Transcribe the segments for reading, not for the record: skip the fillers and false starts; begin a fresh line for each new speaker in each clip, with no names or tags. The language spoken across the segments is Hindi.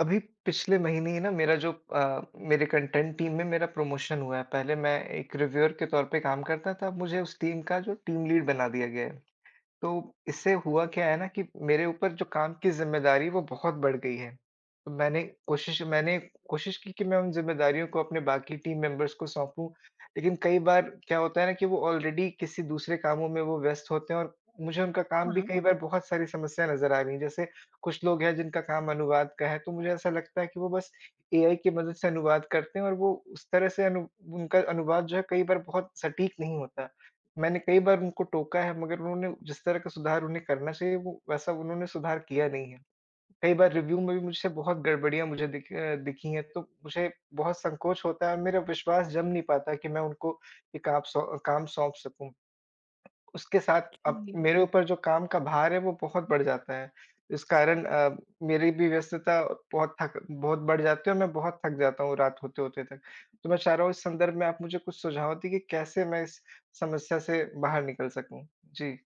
अभी पिछले महीने ही ना, मेरे कंटेंट टीम में मेरा प्रमोशन हुआ है। पहले मैं एक रिव्यूअर के तौर पे काम करता था, अब मुझे उस टीम का जो टीम लीड, बना दिया गया है। तो इससे हुआ क्या है ना कि मेरे ऊपर जो काम की ज़िम्मेदारी, वो बहुत बढ़ गई है। तो मैंने कोशिश की कि मैं उन ज़िम्मेदारियों को अपने बाकी टीम मेंबर्स को सौंपूँ, लेकिन कई बार क्या होता है ना, कि वो ऑलरेडी किसी दूसरे कामों में वो व्यस्त होते हैं, और मुझे उनका काम भी
हाँ।
कई बार, बहुत सारी समस्याएँ नज़र आ रही हैं। जैसे, कुछ लोग हैं जिनका काम अनुवाद का है, तो मुझे ऐसा लगता है कि वो बस एआई की मदद से अनुवाद करते हैं, और वो उस तरह से अनु उनका अनुवाद जो है, कई बार बहुत सटीक नहीं होता। मैंने कई बार उनको टोका है, मगर उन्होंने जिस तरह का सुधार उन्हें करना चाहिए, वो वैसा उन्होंने सुधार किया नहीं है। कई बार रिव्यू में भी मुझसे बहुत गड़बड़ियाँ मुझे दिखी हैं, तो मुझे बहुत संकोच होता है, और मेरा विश्वास जम नहीं पाता कि मैं उनको ये काम सौ काम सौंप सकूँ। उसके साथ अब
जी।
मेरे ऊपर जो काम का भार है, वो बहुत बढ़ जाता है। इस कारण मेरी भी व्यस्तता बहुत बढ़ जाती है, और मैं बहुत थक जाता हूँ रात होते-होते तक। तो मैं चाह रहा हूँ, इस संदर्भ में आप मुझे कुछ सुझाव दें कि कैसे मैं इस समस्या से बाहर निकल सकूँ? जी।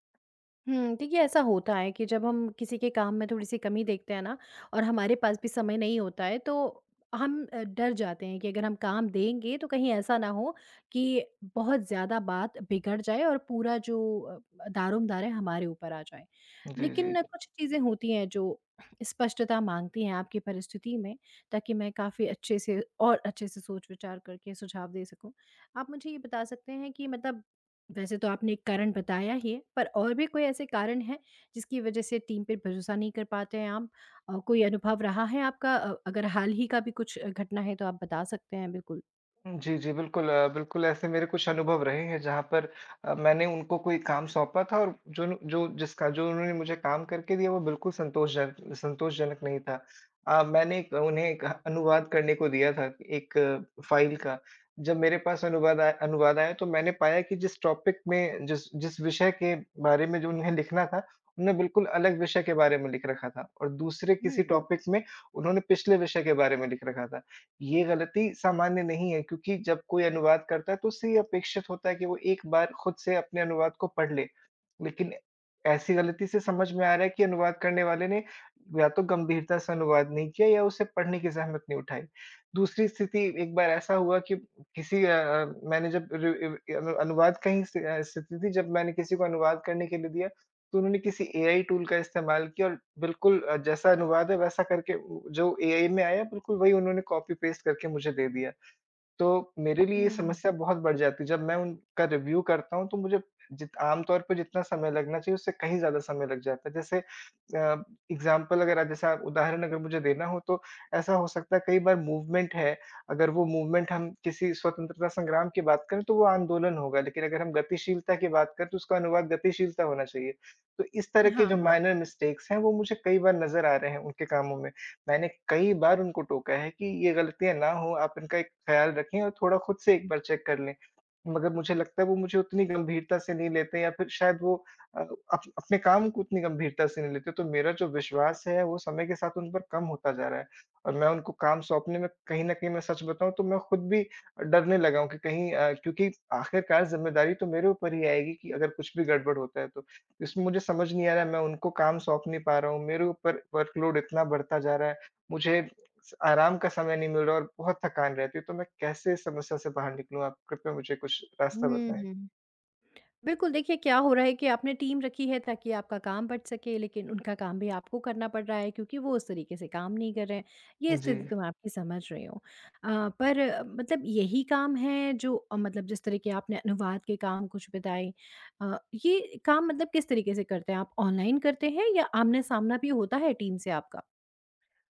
देखिए ऐसा होता है कि जब हम किसी के काम में थोड़ी-सी कमी देखते हैं ना, और हमारे पास भी समय नहीं होता है तो हम डर जाते हैं कि अगर हम काम देंगे तो कहीं ऐसा ना हो कि बहुत ज़्यादा बात बिगड़ जाए और पूरा जो दारोमदार है हमारे ऊपर आ जाए।
जी, जी।
लेकिन कुछ चीज़ें होती हैं जो स्पष्टता माँगती हैं आपकी परिस्थिति में, ताकि मैं काफ़ी अच्छे से और अच्छे से सोच-विचार करके सुझाव दे सकूँ। आप मुझे ये बता सकते हैं कि मतलब, वैसे तो आपने एक कारण बताया ही है, पर और भी कोई ऐसे कारण हैं जिसकी वज़ह से टीम पे भरोसा नहीं कर पाते हैं आप? कोई अनुभव रहा है आपका? अगर हाल ही का भी कुछ घटना है तो आप बता सकते हैं बिल्कुल।
जी, जी, बिल्कुल ऐसे मेरे कुछ अनुभव रहे हैं जहाँ पर मैंने उनको कोई काम सौंपा था, और जो न जो जिसका जो उन्होंने मुझे काम करके दिया, वो बिल्कुल संतोषजनक नहीं था। मैंने एक उन्हें एक अनुवाद करने को दिया था, एक फ़ाइल का। जब मेरे पास अनुवाद आया, तो मैंने पाया कि जिस विषय के बारे में जो उन्हें लिखना था, उन्होंने बिल्कुल अलग विषय के बारे में लिख रखा था, और दूसरे किसी
हुँ।
टॉपिक में उन्होंने पिछले विषय के बारे में लिख रखा था। ये गलती सामान्य नहीं है, क्योंकि जब कोई अनुवाद करता है, तो उससे ये अपेक्षित होता है कि वो एक बार खुद से अपने अनुवाद को पढ़ ले। लेकिन ऐसी गलती से समझ में आ रहा है कि अनुवाद करने वाले ने या तो गंभीरता से अनुवाद नहीं किया, या उसे पढ़ने की ज़हमत नहीं उठाई। दूसरी स्थिति, एक बार ऐसा हुआ कि मैंने जब रि अ, अनुवाद कहीं से अ, स्थिति थी जब मैंने किसी को अनुवाद करने के लिए दिया, तो उन्होंने किसी एआई टूल का इस्तेमाल किया, और बिल्कुल जैसा अनुवाद है वैसा करके, उ जो एआई में आया बिल्कुल वही उन्होंने कॉपी पेस्ट करके मुझे दे दिया। तो मेरे लिए ये
हुँ।
समस्या बहुत बढ़ जाती है। जब मैं उनका रिव्यू करता हूँ, तो मुझे जित आम तौर पे जितना समय लगना चाहिए, उससे कहीं ज़्यादा समय लग जाता है। एग्ज़ाम्पल अगर आप जैसा उदाहरण अगर मुझे देना हो तो, ऐसा हो सकता है, कई बार मूवमेंट है, अगर वो मूवमेंट हम किसी स्वतंत्रता संग्राम की बात करें, तो वो आंदोलन होगा, लेकिन अगर हम गतिशीलता की बात करें, तो उसका अनुवाद गतिशीलता होना चाहिए। तो इस तरह के
हाँ।
जो माइनर मिस्टेक्स हैं, वो मुझे कई बार नज़र आ रहे हैं उनके कामों में। मैंने कई बार उनको टोका है कि ये गलतियाँ ना हो, आप इनका एक ख़्याल रखें, और थोड़ा खुद से एक बार चेक कर लें। मगर मुझे लगता है वो मुझे उतनी गंभीरता से नहीं लेते, या फिर शायद वो अ, अप अपने काम को उतनी गंभीरता से नहीं लेते, तो मेरा जो विश्वास है, वो समय के साथ उन पर कम होता जा रहा है। और मैं उनको काम सौंपने में, कहीं न कहीं, मैं सच बताऊँ तो मैं खुद भी डरने लगा हूँ कि क्योंकि आखिरकार ज़िम्मेदारी तो मेरे ऊपर ही आएगी, कि अगर कुछ भी गड़बड़ होता है तो। इसमें मुझे समझ नहीं आ रहा है, मैं उनको काम सौंप नहीं पा रहा हूँ, मेरे ऊपर वर्कलोड इतना बढ़ता जा रहा है। मुझे स आराम का समय नहीं मिल रहा, और बहुत थकान रहती है, तो मैं कैसे इस समस्या से बाहर निकलूँ? आप कृपया मुझे कुछ रास्ता बताएँ।
हुँ। बिल्कुल, देखिए क्या हो रहा है कि आपने टीम रखी है ताकि आपका काम बँट सके, लेकिन उनका काम भी आपको करना पड़ रहा है क्योंकि वो उस तरीके से काम नहीं कर रहे हैं। ये
जी।
स्थिति तो मैं आपकी समझ रही हूँ। पर मतलब यही काम है जो मतलब जिस तरह के आपने अनुवाद के काम कुछ बताए, अ, ये काम मतलब किस तरीके से करते हैं आप? ऑनलाइन करते हैं या आमना-सामना भी होता है टीम से आपका?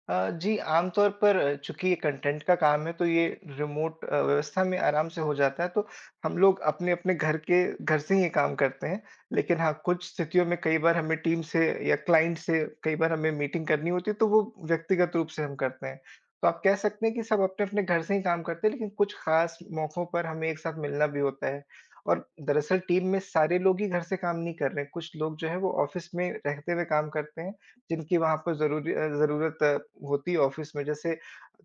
जी, आमतौर पर, चूँकि ये कंटेंट का काम है, तो ये रिमोट व्यवस्था में आराम से हो जाता है, तो हम लोग अपने-अपने घर से ही ये काम करते हैं। लेकिन हाँ, कुछ स्थितियों में, कई बार हमें टीम से या क्लाइंट से कई बार हमें मीटिंग करनी होती है, तो वो व्यक्तिगत रूप से हम करते हैं। तो आप कह सकते हैं कि सब अपने-अपने घर से ही काम करते हैं, लेकिन कुछ ख़ास मौकों पर हमें एक साथ मिलना भी होता है। और दरअसल टीम में सारे लोग ही घर से काम नहीं कर रहे हैं, कुछ लोग जो हैं वो ऑफ़िस में रहते हुए काम करते हैं। जिनकी वहाँ पर ज़रूरत होती है ऑफ़िस में, जैसे,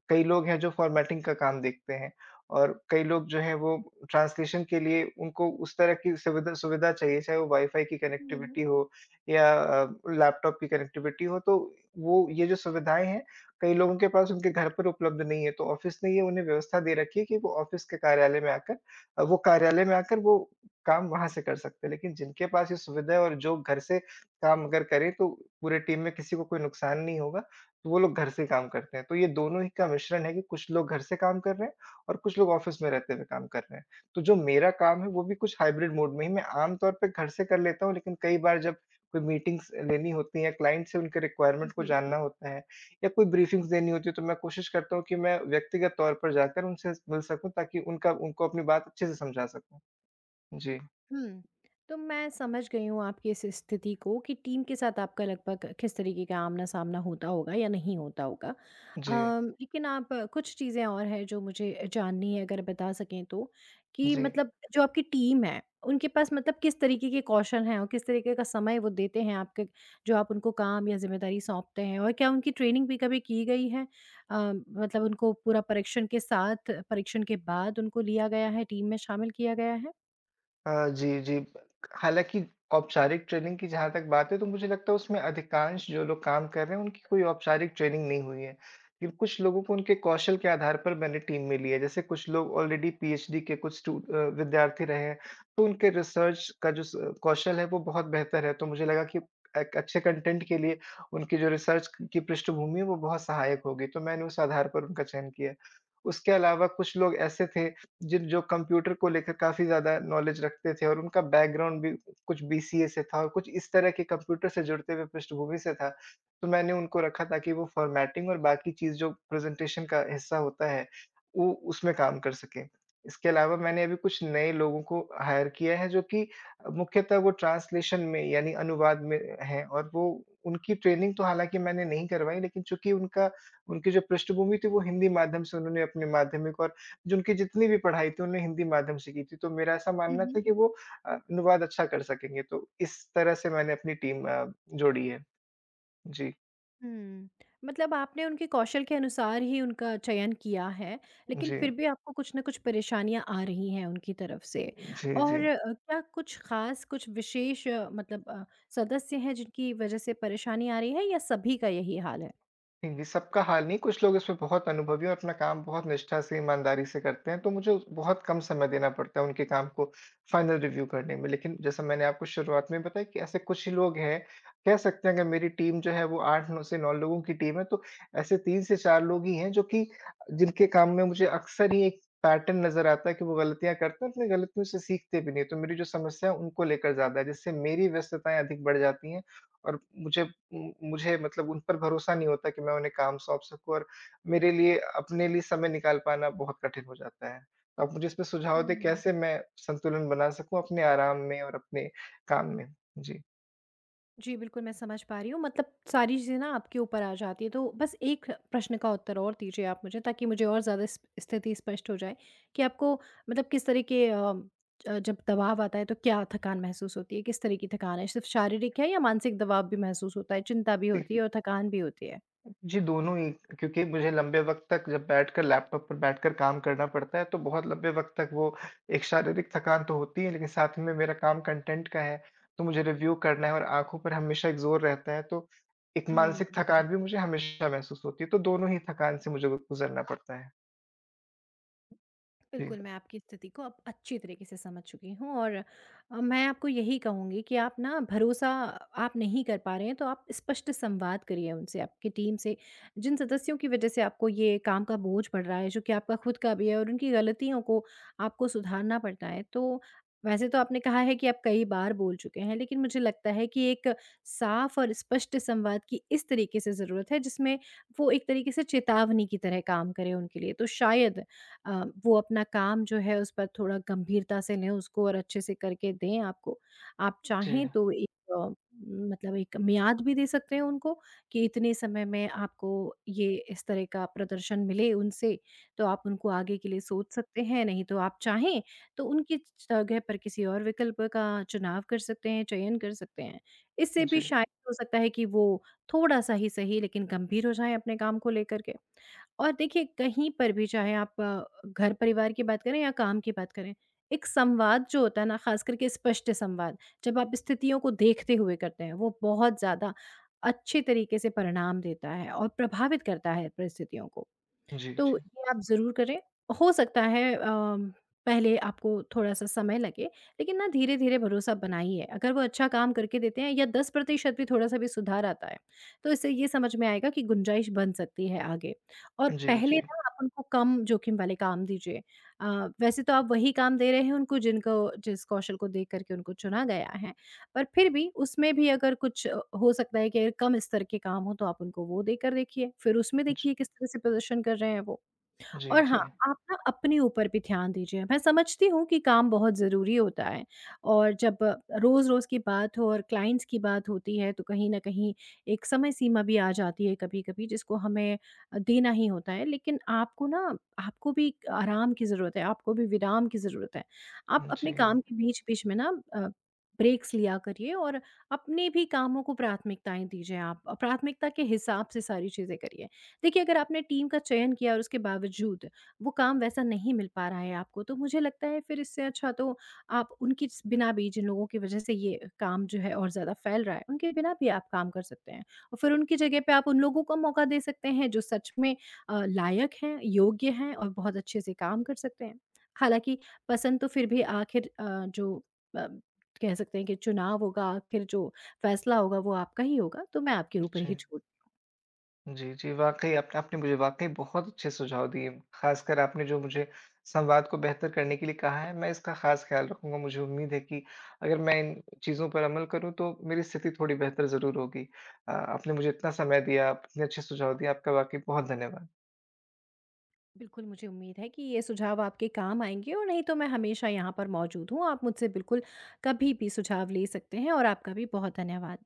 कई लोग हैं जो फ़ॉर्मेटिंग का काम देखते हैं, और कई लोग जो हैं वो ट्रांसलेशन के लिए, उनको उस तरह की सुविधा सुविधा चाहिए, चाहे वो वाईफ़ाई की
हुँ,
कनेक्टिविटी हो, या लैपटॉप की कनेक्टिविटी हो, तो वो ये जो सुविधाएँ हैं, कई लोगों के पास उनके घर पर उपलब्ध नहीं है, तो ऑफ़िस ने ये उन्हें व्यवस्था दे रखी है कि वो ऑफ़िस के कार्यालय में आकर, वो काम वहाँ से कर सकते हैं। लेकिन जिनके पास ये सुविधा है, और जो घर से काम अगर करें तो पूरे टीम में किसी को कोई नुकसान नहीं होगा, तो वो लोग घर से काम करते हैं। तो ये दोनों ही का मिश्रण है कि कुछ लोग घर से काम कर रहे हैं, और कुछ लोग ऑफ़िस में रहते हुए काम कर रहे हैं। तो जो मेरा काम है, वो भी कुछ हाइब्रिड मोड में ही मैं आमतौर पे घर से कर लेता हूँ, लेकिन कई बार जब कोई मीटिंग्स लेनी होती हैं, क्लाइंट से उनके रिक्वायरमेंट को
जी।
जानना होता है, या कोई ब्रीफिंग्स देनी होती है, तो मैं कोशिश करता हूँ कि मैं व्यक्तिगत तौर पर जाकर उनसे मिल सकूँ, ताकि उनका उनको अपनी बात अच्छे से समझा सकूँ। जी,
हुँ। तो मैं समझ गई हूँ आपकी इस स्थिति को कि टीम के साथ आपका लगभग किस तरीके का आमना-सामना होता होगा या नहीं होता होगा।
जी,
लेकिन आप कुछ चीज़ें और हैं जो मुझे जाननी है, अगर बता सकें तो, कि
जी।
मतलब जो आपकी टीम है, उनके पास मतलब किस तरीके के कौशल हैं और किस तरीके का समय वो देते हैं आपके, जो आप उनको काम या ज़िम्मेदारी सौंपते हैं? और क्या उनकी ट्रेनिंग भी कभी की गई है? अ, मतलब उनको पूरा परीक्षण के साथ, परीक्षण के बाद उनको लिया गया है, टीम में शामिल किया गया
जी, जी। हालाँकि औपचारिक ट्रेनिंग की जहाँ तक बात है, तो मुझे लगता है उसमें अधिकांश जो लोग काम कर रहे हैं, उनकी कोई औपचारिक ट्रेनिंग नहीं हुई है। लेकिन कुछ लोगों को उनके कौशल के आधार पर मैंने टीम में लिया है। जैसे, कुछ लोग ऑलरेडी पीएचडी के कुछ विद्यार्थी रहे हैं, तो उनके रिसर्च का जो स कौशल है, वो बहुत बेहतर है। तो मुझे लगा कि एक अच्छे कंटेंट के लिए उनकी जो रिसर्च की पृष्ठभूमि है, वो बहुत सहायक होगी, तो मैंने उस आधार पर उनका चयन किया। उसके अलावा, कुछ लोग ऐसे थे जिन जो कंप्यूटर को लेकर काफ़ी ज़्यादा नॉलेज रखते थे, और उनका बैकग्राउंड भी कुछ बीसीए से था, और कुछ इस तरह के कंप्यूटर से जुड़ते हुए पृष्ठभूमि से था। तो मैंने उनको रखा, ताकि वो फ़ॉर्मेटिंग और बाकी चीज़, जो प्रेज़ेंटेशन का हिस्सा होता है, वो उसमें काम कर सकें। इसके अलावा, मैंने अभी कुछ नए लोगों को हायर किया है, जो कि मुख्यतः वो ट्रांसलेशन में, यानी अनुवाद में हैं, और वो, उनकी ट्रेनिंग तो हालाँकि मैंने नहीं करवाई, लेकिन चूँकि उनका उनकी जो पृष्ठभूमि थी, वो हिंदी माध्यम से, उन्होंने अपने माध्यमिक और जो उनकी जितनी भी पढ़ाई थी, उन्होंने हिंदी माध्यम से की थी, तो मेरा ऐसा मानना
है?
था कि वो अनुवाद अच्छा कर सकेंगे, तो इस तरह से मैंने अपनी टीम जोड़ी है। जी,
हुँ। मतलब आपने उनके कौशल के अनुसार ही उनका चयन किया है, लेकिन
जी,
फिर भी आपको कुछ न कुछ परेशानियाँ आ रही हैं उनकी तरफ से।
जी, जी।
और क्या कुछ ख़ास, कुछ विशेष मतलब सदस्य हैं जिनकी वज़ह से परेशानी आ रही है या सभी का यही हाल है?
नहीं, नहीं, सबका हाल नहीं, कुछ लोग इसमें बहुत अनुभवी और अपना काम बहुत निष्ठा से, ईमानदारी से करते हैं, तो मुझे बहुत कम समय देना पड़ता है उनके काम को फाइनल रिव्यू करने में। लेकिन जैसा मैंने आपको शुरुआत में बताया कि ऐसे कुछ ही लोग हैं, कह सकते हैं अगर मेरी टीम जो है वो 8-9 से 9 लोगों की टीम है, तो ऐसे 3 से 4 लोग ही हैं जो कि, जिनके काम में मुझे अक्सर ही एक पैटर्न नज़र आता है कि वो गलतियाँ करते हैं, अपनी गलतियों से सीखते भी नहीं हैं। तो मेरी जो समस्या है उनको लेकर ज़्यादा है, जिससे मेरी व्यस्तताएँ अधिक बढ़ जाती हैं, और मुझे, उम, मुझे मतलब उन पर भरोसा नहीं होता कि मैं उन्हें काम सौंप सकूँ, और मेरे लिए अपने लिए समय निकाल पाना बहुत कठिन हो जाता है। तो आप मुझे इसमें सुझाव दें,
हुँ।
कैसे मैं संतुलन बना सकूँ अपने आराम में और अपने काम में? जी।
जी, बिल्कुल मैं समझ पा रही हूँ। मतलब सारी चीज़ें ना आपके ऊपर आ जाती हैं। तो बस एक प्रश्न का उत्तर और दीजिए आप मुझे, ताकि मुझे और ज़्यादा स्प स्थिति स्पष्ट हो जाए कि आपको मतलब किस तरह के, ज जब दबाव आता है तो क्या थकान महसूस होती है? किस तरह की थकान है? सिर्फ़ शारीरिक है या मानसिक दबाव भी महसूस होता है, चिंता भी होती है और थकान भी होती है?
जी, दोनों ही, क्योंकि मुझे लंबे वक़्त तक जब बैठकर लैपटॉप पर बैठकर काम करना पड़ता है, तो बहुत लंबे वक़्त तक वो एक शारीरिक थकान तो होती है, लेकिन साथ में मेरा काम कंटेंट का है, तो मुझे रिव्यू करना है और आँखों पर हमेशा एक ज़ोर रहता है, तो एक
हुँ।
मानसिक थकान भी मुझे हमेशा महसूस होती है, तो दोनों ही थकान से मुझे गुज़रना पड़ता है। जी,
बिल्कुल, मैं आपकी स्थिति को अब अच्छी तरीके से समझ चुकी हूँ, और मैं आपको यही कहूँगी कि आप ना भरोसा आप नहीं कर पा रहे हैं, तो आप स्पष्ट संवाद करिए उनसे, आपकी टीम से। जिन सदस्यों की वजह से आपको ये काम का बोझ पड़ रहा है, जो कि आपका खुद का भी है, और उनकी गलतियों को आपको सुधारना पड़ता है, तो वैसे तो आपने कहा है कि आप कई बार बोल चुके हैं, लेकिन मुझे लगता है कि एक साफ और स्पष्ट संवाद की इस तरीके से ज़रूरत है, जिसमें वो एक तरीके से चेतावनी की तरह काम करे उनके लिए। तो शायद वो अपना काम जो है उस पर थोड़ा गंभीरता से लें, उसको और अच्छे से करके दें आपको। आप
जी,
चाहें तो एक अ, मतलब एक मियाद भी दे सकते हैं उनको, कि इतने समय में आपको ये इस तरह का प्रदर्शन मिले उनसे, तो आप उनको आगे के लिए सोच सकते हैं, नहीं तो आप चाहें तो उनकी जगह पर किसी और विकल्प का चुनाव कर सकते हैं, चयन कर सकते हैं। इससे भी
जी,
शायद हो सकता है कि वो थोड़ा-सा ही सही, लेकिन गंभीर हो जाएँ अपने काम को लेकर के। और देखिए कहीं पर भी, चाहे आप घर परिवार की बात करें या काम की बात करें, एक संवाद जो होता है ना, ख़ास करके स्पष्ट संवाद, जब आप स्थितियों को देखते हुए करते हैं वो बहुत ज़्यादा अच्छे तरीके से परिणाम देता है और प्रभावित करता है परिस्थितियों को।
जी,
तो
जी,
ये आप ज़रूर करें। हो सकता है पहले आपको थोड़ा-सा समय लगे, लेकिन ना धीरे-धीरे भरोसा बनाइए। अगर वो अच्छा काम करके देते हैं या 10% भी, थोड़ा-सा भी सुधार आता है, तो इससे ये समझ में आएगा कि गुंजाइश बन सकती है आगे। और
जी,
पहले
जी,
ना आप उनको कम जोखिम वाले काम दीजिए। अ, वैसे तो आप वही काम दे रहे हैं उनको, जिनको जिस कौशल को देख कर के उनको चुना गया है, पर फिर भी उसमें भी अगर कुछ, हो सकता है कि अगर कम स्तर के काम हों, तो आप उनको वो देकर देखिए, फिर उसमें
जी,
देखिए किस तरह से प्रदर्शन कर रहे हैं वो।
जी,
और हाँ,
जी,
आप ना अपने ऊपर भी ध्यान दीजिए। मैं समझती हूँ कि काम बहुत ज़रूरी होता है, और जब रोज़-रोज़ की बात हो और क्लाइंट्स की बात होती है तो कहीं न कहीं एक समय सीमा भी आ जाती है कभी-कभी, जिसको हमें देना ही होता है। लेकिन आपको ना, आपको भी आराम की ज़रूरत है, आपको भी विराम की ज़रूरत है। आप
जी,
अपने काम के बीच-बीच में ना अ, ब्रेक्स लिया करिए, और अपने भी कामों को प्राथमिकताएँ दीजिए आप। प्राथमिकता के हिसाब से सारी चीज़ें करिए। देखिए अगर आपने टीम का चयन किया और उसके बावजूद वो काम वैसा नहीं मिल पा रहा है आपको, तो मुझे लगता है फिर इससे अच्छा तो आप उनकी बिना भी, जिन लोगों की वजह से ये काम जो है और ज़्यादा फैल रहा है, उनके बिना भी आप काम कर सकते हैं, और फिर उनकी जगह पे आप उन लोगों को मौका दे सकते हैं जो सच में लायक हैं, योग्य हैं और बहुत अच्छे से काम कर सकते हैं। हालांकि पसंद तो फिर भी आखिर जो, अ, कह सकते हैं कि चुनाव होगा, आखिर जो फैसला होगा वो आपका ही होगा, तो मैं आपके ऊपर ही
जी।
छोड़
जी, जी, वाक़ई आपने आपने मुझे वाक़ई बहुत अच्छे सुझाव दिए। ख़ासकर आपने जो मुझे संवाद को बेहतर करने के लिए कहा है, मैं इसका ख़ास ख़्याल रखूँगा। मुझे उम्मीद है कि अगर मैं इन चीज़ों पर अमल करूँ, तो मेरी स्थिति थोड़ी बेहतर ज़रूर होगी। आपने मुझे इतना समय दिया, आपने अच्छे सुझाव दिए, आपका वाक़ई बहुत धन्यवाद।
बिल्कुल, मुझे उम्मीद है कि ये सुझाव आपके काम आएँगे, और नहीं तो मैं हमेशा यहाँ पर मौजूद हूँ। आप मुझसे बिल्कुल कभी भी सुझाव ले सकते हैं, और आपका भी बहुत धन्यवाद।